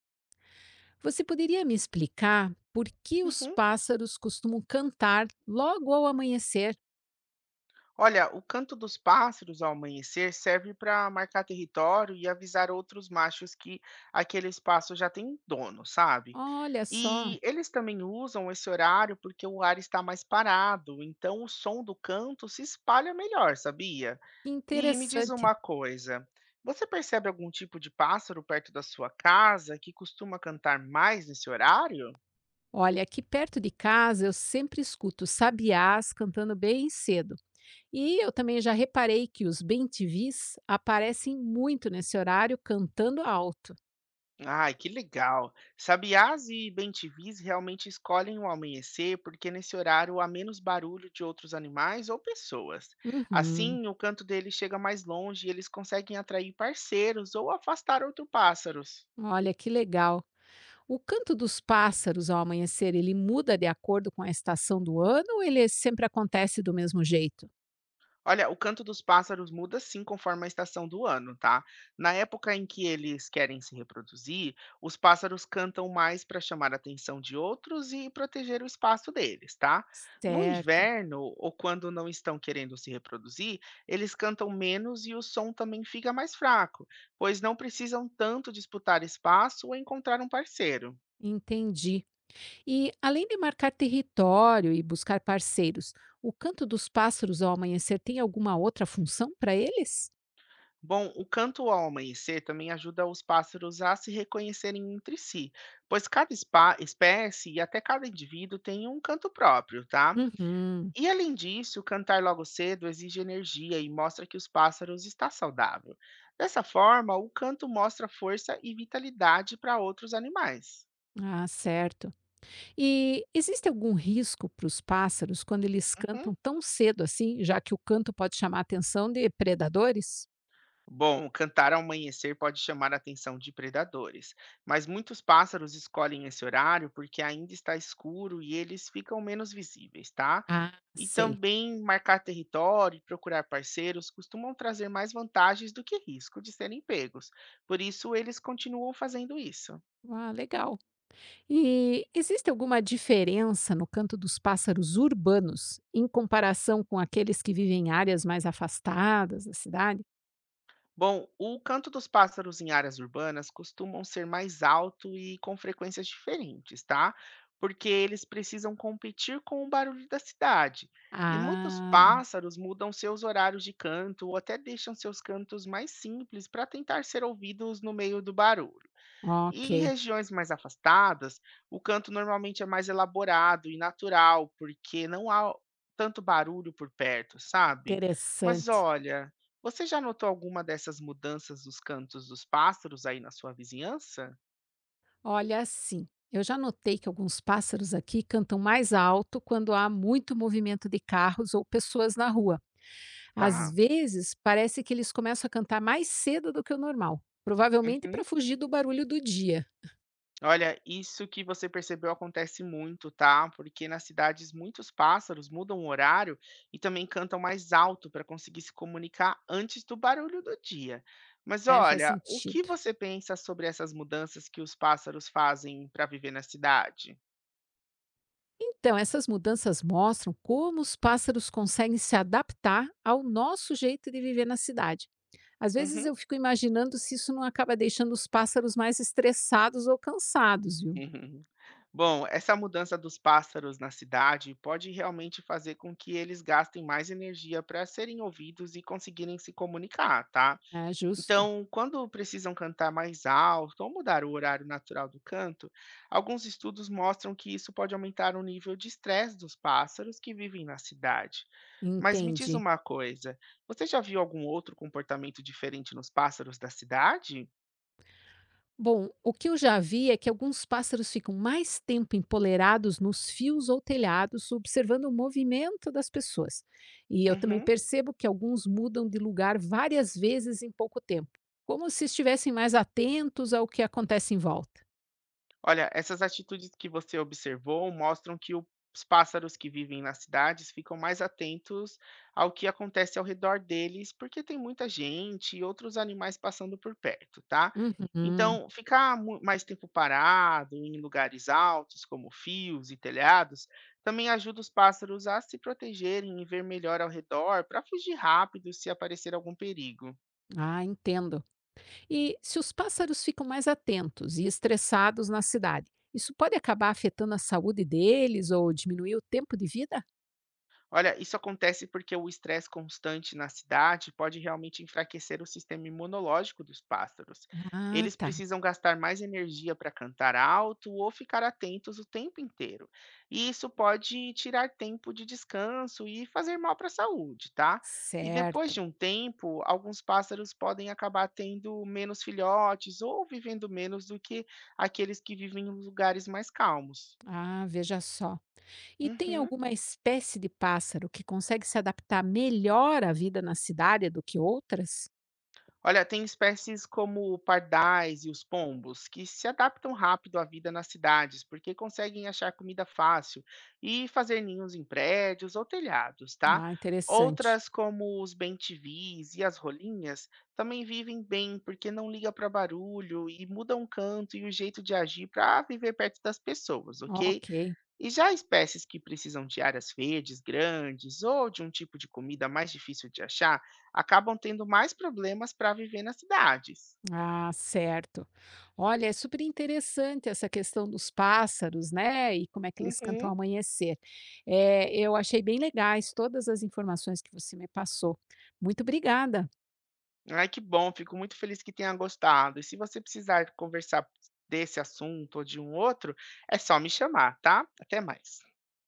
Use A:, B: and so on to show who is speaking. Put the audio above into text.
A: Você poderia me explicar por que os
B: Uhum.
A: pássaros costumam cantar logo ao amanhecer?
B: Olha, o canto dos pássaros ao amanhecer serve para marcar território e avisar outros machos que aquele espaço já tem dono, sabe?
A: Olha só,
B: E eles também usam esse horário porque o ar está mais parado, então o som do canto se espalha melhor, sabia?
A: que
B: E me diz uma
A: interessante.
B: coisa, você percebe algum tipo de pássaro perto da sua casa que costuma cantar mais nesse horário?
A: Olha, aqui perto de casa eu sempre escuto sabiás cantando bem cedo. E eu também já reparei que os bentivis aparecem muito nesse horário cantando alto.
B: Ai, que legal. Sabiás e bentivis realmente escolhem o amanhecer porque nesse horário há menos barulho de outros animais ou pessoas.
A: Uhum,
B: Assim, o canto deles chega mais longe e eles conseguem atrair parceiros ou afastar outros pássaros.
A: olha que legal. O canto dos pássaros ao amanhecer, ele muda de acordo com a estação do ano ou ele sempre acontece do mesmo jeito?
B: Olha, o canto dos pássaros muda sim conforme a estação do ano, tá? Na época em que eles querem se reproduzir, os pássaros cantam mais para chamar a atenção de outros e proteger o espaço deles, tá? No
A: Certo.
B: inverno, ou quando não estão querendo se reproduzir, eles cantam menos e o som também fica mais fraco, pois não precisam tanto disputar espaço ou encontrar um parceiro.
A: Entendi. E além de marcar território e buscar parceiros, o canto dos pássaros ao amanhecer tem alguma outra função para eles?
B: Bom, o canto ao amanhecer também ajuda os pássaros a se reconhecerem entre si, pois cada espécie e até cada indivíduo tem um canto próprio, tá?
A: Uhum.
B: E além disso, cantar logo cedo exige energia e mostra que os pássaros está saudável. Dessa forma, o canto mostra força e vitalidade para outros animais.
A: Ah, certo. E existe algum risco para os pássaros quando eles
B: Uhum.
A: cantam tão cedo assim, já que o canto pode chamar a atenção de predadores?
B: Bom, cantar ao amanhecer pode chamar a atenção de predadores, mas muitos pássaros escolhem esse horário porque ainda está escuro e eles ficam menos visíveis, tá?
A: Ah,
B: E
A: sei.
B: também marcar território e procurar parceiros costumam trazer mais vantagens do que risco de serem pegos. Por isso, eles continuam fazendo isso.
A: Ah, legal. E existe alguma diferença no canto dos pássaros urbanos em comparação com aqueles que vivem em áreas mais afastadas da cidade?
B: Bom, o canto dos pássaros em áreas urbanas costumam ser mais alto e com frequências diferentes, tá? Porque eles precisam competir com o barulho da cidade. E muitos
A: Ah,
B: pássaros mudam seus horários de canto ou até deixam seus cantos mais simples para tentar ser ouvidos no meio do barulho.
A: ok,
B: E em regiões mais afastadas, o canto normalmente é mais elaborado e natural, porque não há tanto barulho por perto, sabe? Mas
A: interessante.
B: olha, você já notou alguma dessas mudanças nos cantos dos pássaros aí na sua vizinhança?
A: Olha, assim, eu já notei que alguns pássaros aqui cantam mais alto quando há muito movimento de carros ou pessoas na rua. Às
B: Tá.
A: vezes, parece que eles começam a cantar mais cedo do que o normal, provavelmente para
B: Uhum.
A: fugir do barulho do dia.
B: Olha, isso que você percebeu acontece muito, tá? Porque nas cidades muitos pássaros mudam o horário e também cantam mais alto para conseguir se comunicar antes do barulho do dia. Mas
A: É, faz
B: olha, o que
A: sentido.
B: você pensa sobre essas mudanças que os pássaros fazem para viver na cidade?
A: Então, essas mudanças mostram como os pássaros conseguem se adaptar ao nosso jeito de viver na cidade. Às vezes
B: Uhum.
A: eu fico imaginando se isso não acaba deixando os pássaros mais estressados ou cansados, viu?
B: Bom, essa mudança dos pássaros na cidade pode realmente fazer com que eles gastem mais energia para serem ouvidos e conseguirem se comunicar, tá?
A: É justo.
B: Então, quando precisam cantar mais alto ou mudar o horário natural do canto, alguns estudos mostram que isso pode aumentar o nível de estresse dos pássaros que vivem na cidade. Mas me diz
A: Entendi.
B: uma coisa, você já viu algum outro comportamento diferente nos pássaros da cidade?
A: Bom, o que eu já vi é que alguns pássaros ficam mais tempo empolerados nos fios ou telhados, observando o movimento das pessoas. E eu também
B: Uhum.
A: percebo que alguns mudam de lugar várias vezes em pouco tempo, como se estivessem mais atentos ao que acontece em volta.
B: Olha, essas atitudes que você observou mostram que os pássaros que vivem nas cidades ficam mais atentos ao que acontece ao redor deles, porque tem muita gente e outros animais passando por perto, tá?
A: Uhum.
B: Então, ficar mais tempo parado em lugares altos, como fios e telhados, também ajuda os pássaros a se protegerem e ver melhor ao redor para fugir rápido se aparecer algum perigo.
A: Ah, entendo. E se os pássaros ficam mais atentos e estressados na cidade, isso pode acabar afetando a saúde deles ou diminuir o tempo de vida?
B: Olha, isso acontece porque o estresse constante na cidade pode realmente enfraquecer o sistema imunológico dos pássaros.
A: Ah,
B: Eles
A: tá.
B: precisam gastar mais energia para cantar alto ou ficar atentos o tempo inteiro. E isso pode tirar tempo de descanso e fazer mal para a saúde, tá? E depois de
A: Certo.
B: um tempo, alguns pássaros podem acabar tendo menos filhotes ou vivendo menos do que aqueles que vivem em lugares mais calmos.
A: Ah, veja só. E tem
B: Uhum.
A: alguma espécie de pássaro que consegue se adaptar melhor à vida na cidade do que outras?
B: Olha, tem espécies como pardais e os pombos que se adaptam rápido à vida nas cidades, porque conseguem achar comida fácil e fazer ninhos em prédios ou telhados, tá?
A: Ah, interessante.
B: Outras, como os bentivis e as rolinhas, também vivem bem porque não ligam para barulho e mudam o canto e o jeito de agir para viver perto das pessoas, ok?
A: Ok.
B: E já espécies que precisam de áreas verdes grandes ou de um tipo de comida mais difícil de achar, acabam tendo mais problemas para viver nas cidades.
A: Ah, certo. Olha, é super interessante essa questão dos pássaros, né? E como é que eles cantam
B: Uhum.
A: ao amanhecer. É, eu achei bem legais todas as informações que você me passou. Muito obrigada.
B: Ai, que bom, fico muito feliz que tenha gostado. E se você precisar conversar desse assunto ou de um outro, é só me chamar, tá? Até mais.